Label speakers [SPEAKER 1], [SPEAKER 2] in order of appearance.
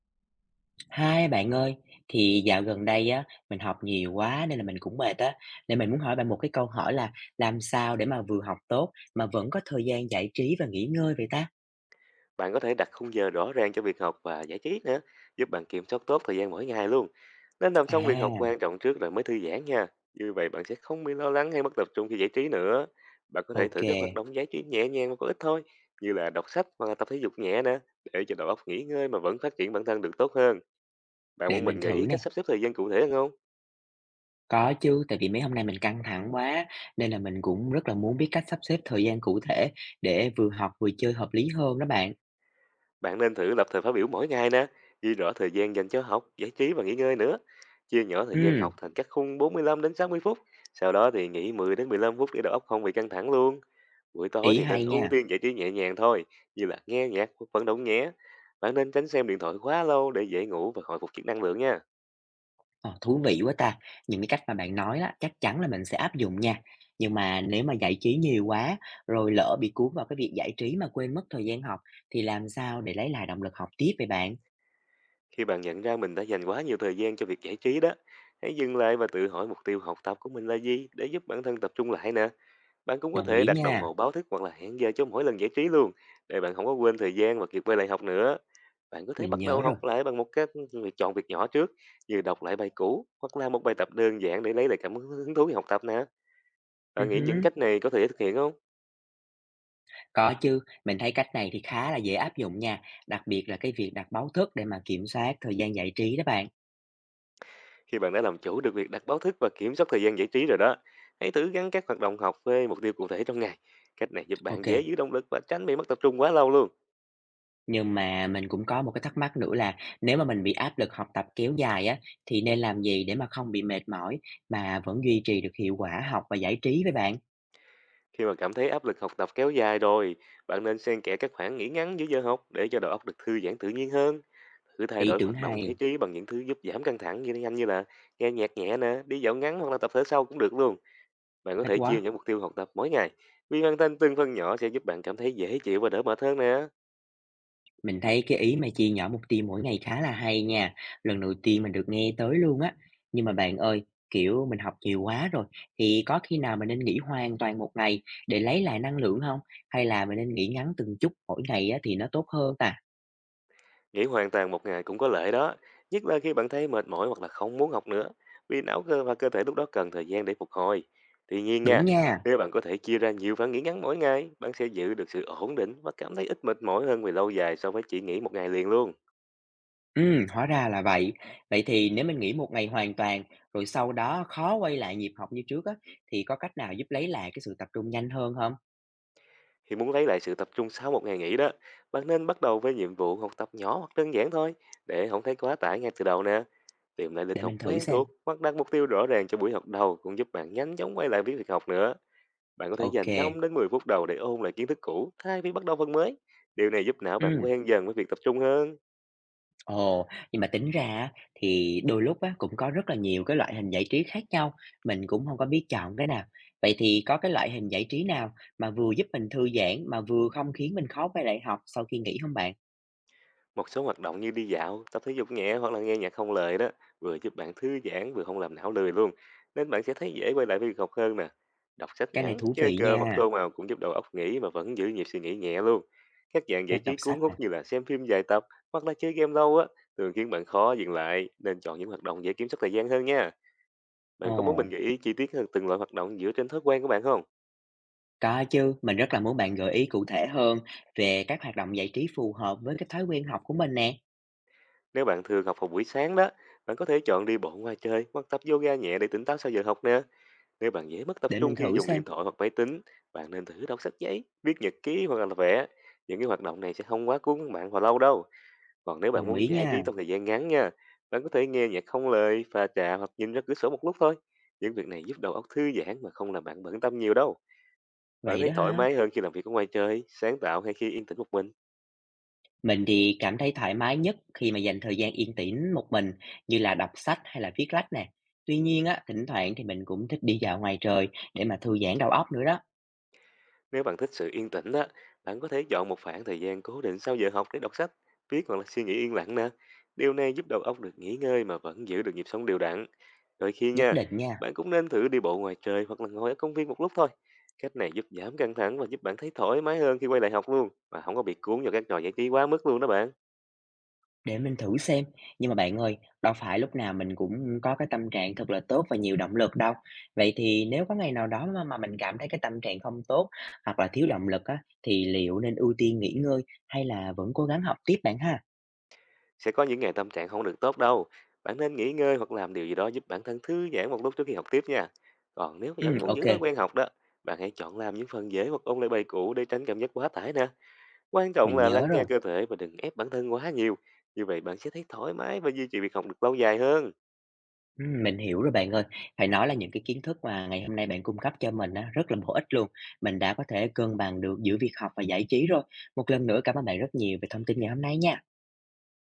[SPEAKER 1] Hai bạn ơi, thì dạo gần đây á, mình học nhiều quá nên là mình cũng mệt á, nên mình muốn hỏi bạn một cái câu hỏi là làm sao để mà vừa học tốt mà vẫn có thời gian giải trí và nghỉ ngơi vậy ta?
[SPEAKER 2] Bạn có thể đặt khung giờ rõ ràng cho việc học và giải trí nữa, giúp bạn kiểm soát tốt thời gian mỗi ngày luôn. Nên làm xong việc học
[SPEAKER 1] À,
[SPEAKER 2] quan trọng trước rồi mới thư giãn nha. Như vậy bạn sẽ không bị lo lắng hay mất tập trung khi giải trí nữa. Bạn có thể thử
[SPEAKER 1] ok,
[SPEAKER 2] các hoạt động giải trí nhẹ nhàng và có ích thôi, như là đọc sách hoặc là tập thể dục nhẹ nè, để cho đầu óc nghỉ ngơi mà vẫn phát triển bản thân được tốt hơn. Bạn
[SPEAKER 1] để
[SPEAKER 2] muốn
[SPEAKER 1] mình
[SPEAKER 2] mình gợi ý
[SPEAKER 1] thử nè.
[SPEAKER 2] cách sắp xếp thời gian cụ thể hơn không?
[SPEAKER 1] Có chứ, tại vì mấy hôm nay mình căng thẳng quá nên là mình cũng rất là muốn biết cách sắp xếp thời gian cụ thể để vừa học vừa chơi hợp lý hơn đó bạn.
[SPEAKER 2] Bạn nên thử lập thời phát biểu mỗi ngày nè, ghi rõ thời gian dành cho học, giải trí và nghỉ ngơi nữa. Chia nhỏ thời gian
[SPEAKER 1] Ừ,
[SPEAKER 2] học thành các khung 45 đến 60 phút, sau đó thì nghỉ 10 đến 15 phút để đầu óc không bị căng thẳng luôn. Buổi tối
[SPEAKER 1] ý
[SPEAKER 2] thì nên
[SPEAKER 1] hay
[SPEAKER 2] ưu
[SPEAKER 1] nha.
[SPEAKER 2] tiên giải trí nhẹ nhàng thôi, như là nghe nhạc hoặc vận động nhé. Bạn nên tránh xem điện thoại quá lâu để dễ ngủ và hồi phục chức năng lượng nha.
[SPEAKER 1] Ờ, thú vị quá ta! Những cái cách mà bạn nói á, chắc chắn là mình sẽ áp dụng nha. Nhưng mà nếu mà giải trí nhiều quá, rồi lỡ bị cuốn vào cái việc giải trí mà quên mất thời gian học, thì làm sao để lấy lại động lực học tiếp vậy bạn?
[SPEAKER 2] Khi bạn nhận ra mình đã dành quá nhiều thời gian cho việc giải trí đó, hãy dừng lại và tự hỏi mục tiêu học tập của mình là gì để giúp bản thân tập trung lại nè. Bạn cũng có
[SPEAKER 1] Đồng
[SPEAKER 2] thể
[SPEAKER 1] ý
[SPEAKER 2] đặt đồng
[SPEAKER 1] nha,
[SPEAKER 2] hồ báo thức hoặc là hẹn giờ cho mỗi lần giải trí luôn, để bạn không có quên thời gian và kịp quay lại học nữa. Bạn có thể
[SPEAKER 1] mình
[SPEAKER 2] bắt đầu
[SPEAKER 1] nhớ rồi.
[SPEAKER 2] học lại bằng một cách việc chọn việc nhỏ trước, như đọc lại bài cũ hoặc là một bài tập đơn giản để lấy lại cảm hứng hứng thú khi học tập nè. Bạn nghĩ những
[SPEAKER 1] Hứm,
[SPEAKER 2] cách này có thể thực hiện không?
[SPEAKER 1] có chứ, mình thấy cách này thì khá là dễ áp dụng nha, đặc biệt là cái việc đặt báo thức để mà kiểm soát thời gian giải trí đó bạn.
[SPEAKER 2] Khi bạn đã làm chủ được việc đặt báo thức và kiểm soát thời gian giải trí rồi đó, hãy thử gắn các hoạt động học với mục tiêu cụ thể trong ngày. Cách này giúp bạn
[SPEAKER 1] OK.
[SPEAKER 2] dễ giữ động lực và tránh bị mất tập trung quá lâu luôn.
[SPEAKER 1] Nhưng mà mình cũng có một cái thắc mắc nữa là nếu mà mình bị áp lực học tập kéo dài á, thì nên làm gì để mà không bị mệt mỏi mà vẫn duy trì được hiệu quả học và giải trí với bạn?
[SPEAKER 2] Khi mà cảm thấy áp lực học tập kéo dài rồi, bạn nên xen kẽ các khoảng nghỉ ngắn giữa giờ học để cho đầu óc được thư giãn tự nhiên hơn. Thử thay
[SPEAKER 1] Ý
[SPEAKER 2] đổi
[SPEAKER 1] tưởng
[SPEAKER 2] hoạt động
[SPEAKER 1] hay,
[SPEAKER 2] giải trí bằng những thứ giúp giảm căng thẳng như nhanh như là nghe nhạc nhẹ nè, đi dạo ngắn hoặc là tập thể sau cũng được luôn. Bạn có
[SPEAKER 1] thích
[SPEAKER 2] thể chia
[SPEAKER 1] quá.
[SPEAKER 2] những mục tiêu học tập mỗi ngày. Vì hoàn thành từng phần nhỏ sẽ giúp bạn cảm thấy dễ chịu và đỡ mệt hơn nè.
[SPEAKER 1] Mình thấy cái ý mà chia nhỏ mục tiêu mỗi ngày khá là hay nha. Lần đầu tiên mình được nghe tới luôn á. Nhưng mà bạn ơi, kiểu mình học nhiều quá rồi, thì có khi nào mình nên nghỉ hoàn toàn một ngày để lấy lại năng lượng không? Hay là mình nên nghỉ ngắn từng chút mỗi ngày á, thì nó tốt hơn ta?
[SPEAKER 2] Nghỉ hoàn toàn một ngày cũng có lợi đó, nhất là khi bạn thấy mệt mỏi hoặc là không muốn học nữa, vì não cơ và cơ thể lúc đó cần thời gian để phục hồi. Tuy nhiên nha,
[SPEAKER 1] Đúng nha.
[SPEAKER 2] nếu bạn có thể chia ra nhiều番nghỉ ngắn mỗi ngày, bạn sẽ giữ được sự ổn định và cảm thấy ít mệt mỏi hơn về lâu dài so với chỉ nghỉ một ngày liền luôn.
[SPEAKER 1] Hóa ra là vậy. Vậy thì nếu mình nghỉ một ngày hoàn toàn, rồi sau đó khó quay lại nhịp học như trước á, thì có cách nào giúp lấy lại cái sự tập trung nhanh hơn không?
[SPEAKER 2] Khi muốn lấy lại sự tập trung sau một ngày nghỉ đó, bạn nên bắt đầu với nhiệm vụ học tập nhỏ hoặc đơn giản thôi, để không thấy quá tải ngay từ đầu nè. Tìm lại lịch
[SPEAKER 1] Để
[SPEAKER 2] học
[SPEAKER 1] mình thử
[SPEAKER 2] quen
[SPEAKER 1] xem.
[SPEAKER 2] thuộc hoặc đặt mục tiêu rõ ràng cho buổi học đầu cũng giúp bạn nhanh chóng quay lại với việc học nữa. Bạn có thể dành
[SPEAKER 1] OK.
[SPEAKER 2] 5 đến 10 phút đầu để ôn lại kiến thức cũ thay vì bắt đầu phần mới. Điều này giúp não bạn
[SPEAKER 1] Ừm,
[SPEAKER 2] quen dần với việc tập trung hơn.
[SPEAKER 1] ồ, nhưng mà tính ra á, thì đôi lúc á, cũng có rất là nhiều cái loại hình giải trí khác nhau, mình cũng không có biết chọn cái nào. Vậy thì có cái loại hình giải trí nào mà vừa giúp mình thư giãn mà vừa không khiến mình khó quay lại học sau khi nghỉ không bạn?
[SPEAKER 2] Một số hoạt động như đi dạo, tập thể dục nhẹ hoặc là nghe nhạc không lời đó vừa giúp bạn thư giãn vừa không làm não lười luôn. Nên bạn sẽ thấy dễ quay lại với việc học hơn nè. Đọc sách
[SPEAKER 1] Cái này
[SPEAKER 2] ngắn,
[SPEAKER 1] thú
[SPEAKER 2] chơi
[SPEAKER 1] vị
[SPEAKER 2] cờ hoặc
[SPEAKER 1] nha,
[SPEAKER 2] tô màu cũng giúp đầu óc nghỉ mà vẫn giữ nhịp suy nghĩ nhẹ luôn. Các dạng
[SPEAKER 1] phép
[SPEAKER 2] giải trí
[SPEAKER 1] đọc
[SPEAKER 2] cuốn
[SPEAKER 1] sách
[SPEAKER 2] hút
[SPEAKER 1] à.
[SPEAKER 2] như là xem phim dài tập hoặc là chơi game lâu á thường khiến bạn khó dừng lại, nên chọn những hoạt động dễ kiểm soát thời gian hơn nha.
[SPEAKER 1] Ồ.
[SPEAKER 2] Bạn có muốn mình gợi ý chi tiết hơn từng loại hoạt động dựa trên thói quen của bạn không?
[SPEAKER 1] Có chứ, mình rất là muốn bạn gợi ý cụ thể hơn về các hoạt động giải trí phù hợp với cái thói quen học của mình nè,
[SPEAKER 2] Nếu bạn thường học vào buổi sáng đó, bạn có thể chọn đi bộ ngoài trời hoặc tập yoga nhẹ để tỉnh táo sau giờ học nè. Nếu bạn dễ mất tập
[SPEAKER 1] để
[SPEAKER 2] trung
[SPEAKER 1] mình
[SPEAKER 2] khi
[SPEAKER 1] thử
[SPEAKER 2] dùng điện
[SPEAKER 1] xem.
[SPEAKER 2] thoại hoặc máy tính, bạn nên thử đọc sách giấy, viết nhật ký hoặc là vẽ. Những cái hoạt động này sẽ không quá cuốn bạn vào lâu đâu. Còn nếu bạn
[SPEAKER 1] Đồng
[SPEAKER 2] muốn
[SPEAKER 1] ý
[SPEAKER 2] giải trí
[SPEAKER 1] nha.
[SPEAKER 2] trong thời gian ngắn nha, bạn có thể nghe nhạc không lời, pha trà hoặc nhìn ra cửa sổ một lúc thôi. Những việc này giúp đầu óc thư giãn mà không làm bạn bận tâm nhiều đâu. Bạn
[SPEAKER 1] Vậy
[SPEAKER 2] thấy
[SPEAKER 1] đó
[SPEAKER 2] thoải
[SPEAKER 1] hả?
[SPEAKER 2] mái hơn khi làm việc ở ngoài trời, sáng tạo hay khi yên tĩnh một mình.
[SPEAKER 1] Mình thì cảm thấy thoải mái nhất khi mà dành thời gian yên tĩnh một mình như là đọc sách hay là viết lách nè. Tuy nhiên á, thỉnh thoảng thì mình cũng thích đi dạo ngoài trời để mà thư giãn đầu óc nữa đó.
[SPEAKER 2] Nếu bạn thích sự yên tĩnh đó, bạn có thể chọn một khoảng thời gian cố định sau giờ học để đọc sách, viết hoặc là suy nghĩ yên lặng nè. Điều này giúp đầu óc được nghỉ ngơi mà vẫn giữ được nhịp sống đều đặn. Đôi khi
[SPEAKER 1] Nhất
[SPEAKER 2] nha,
[SPEAKER 1] định nha.
[SPEAKER 2] bạn cũng nên thử đi bộ ngoài trời hoặc là ngồi ở công viên một lúc thôi. Cách này giúp giảm căng thẳng và giúp bạn thấy thoải mái hơn khi quay lại học luôn, mà không có bị cuốn vào các trò giải trí quá mức luôn đó bạn.
[SPEAKER 1] Để mình thử xem, nhưng mà bạn ơi, đâu phải lúc nào mình cũng có cái tâm trạng thật là tốt và nhiều động lực đâu. Vậy thì nếu có ngày nào đó mà mình cảm thấy cái tâm trạng không tốt hoặc là thiếu động lực á, thì liệu nên ưu tiên nghỉ ngơi hay là vẫn cố gắng học tiếp bạn ha?
[SPEAKER 2] Sẽ có những ngày tâm trạng không được tốt đâu. Bạn nên nghỉ ngơi hoặc làm điều gì đó giúp bản thân thư giãn một lúc trước khi học tiếp nha. Còn nếu
[SPEAKER 1] Ừ,
[SPEAKER 2] vẫn muốn giữ
[SPEAKER 1] ok.
[SPEAKER 2] thói quen học đó, bạn hãy chọn làm những phần dễ hoặc ôn lại bài cũ để tránh cảm giác quá tải nè. Quan trọng
[SPEAKER 1] Mình
[SPEAKER 2] là
[SPEAKER 1] nhớ
[SPEAKER 2] lắng nghe
[SPEAKER 1] rồi.
[SPEAKER 2] cơ thể và đừng ép bản thân quá nhiều. Như vậy bạn sẽ thấy thoải mái và duy trì việc học được lâu dài hơn.
[SPEAKER 1] Mình hiểu rồi bạn ơi. Phải nói là những cái kiến thức mà ngày hôm nay bạn cung cấp cho mình á, rất là bổ ích luôn. Mình đã có thể cân bằng được giữa việc học và giải trí rồi. Một lần nữa cảm ơn bạn rất nhiều về thông tin ngày hôm nay nha.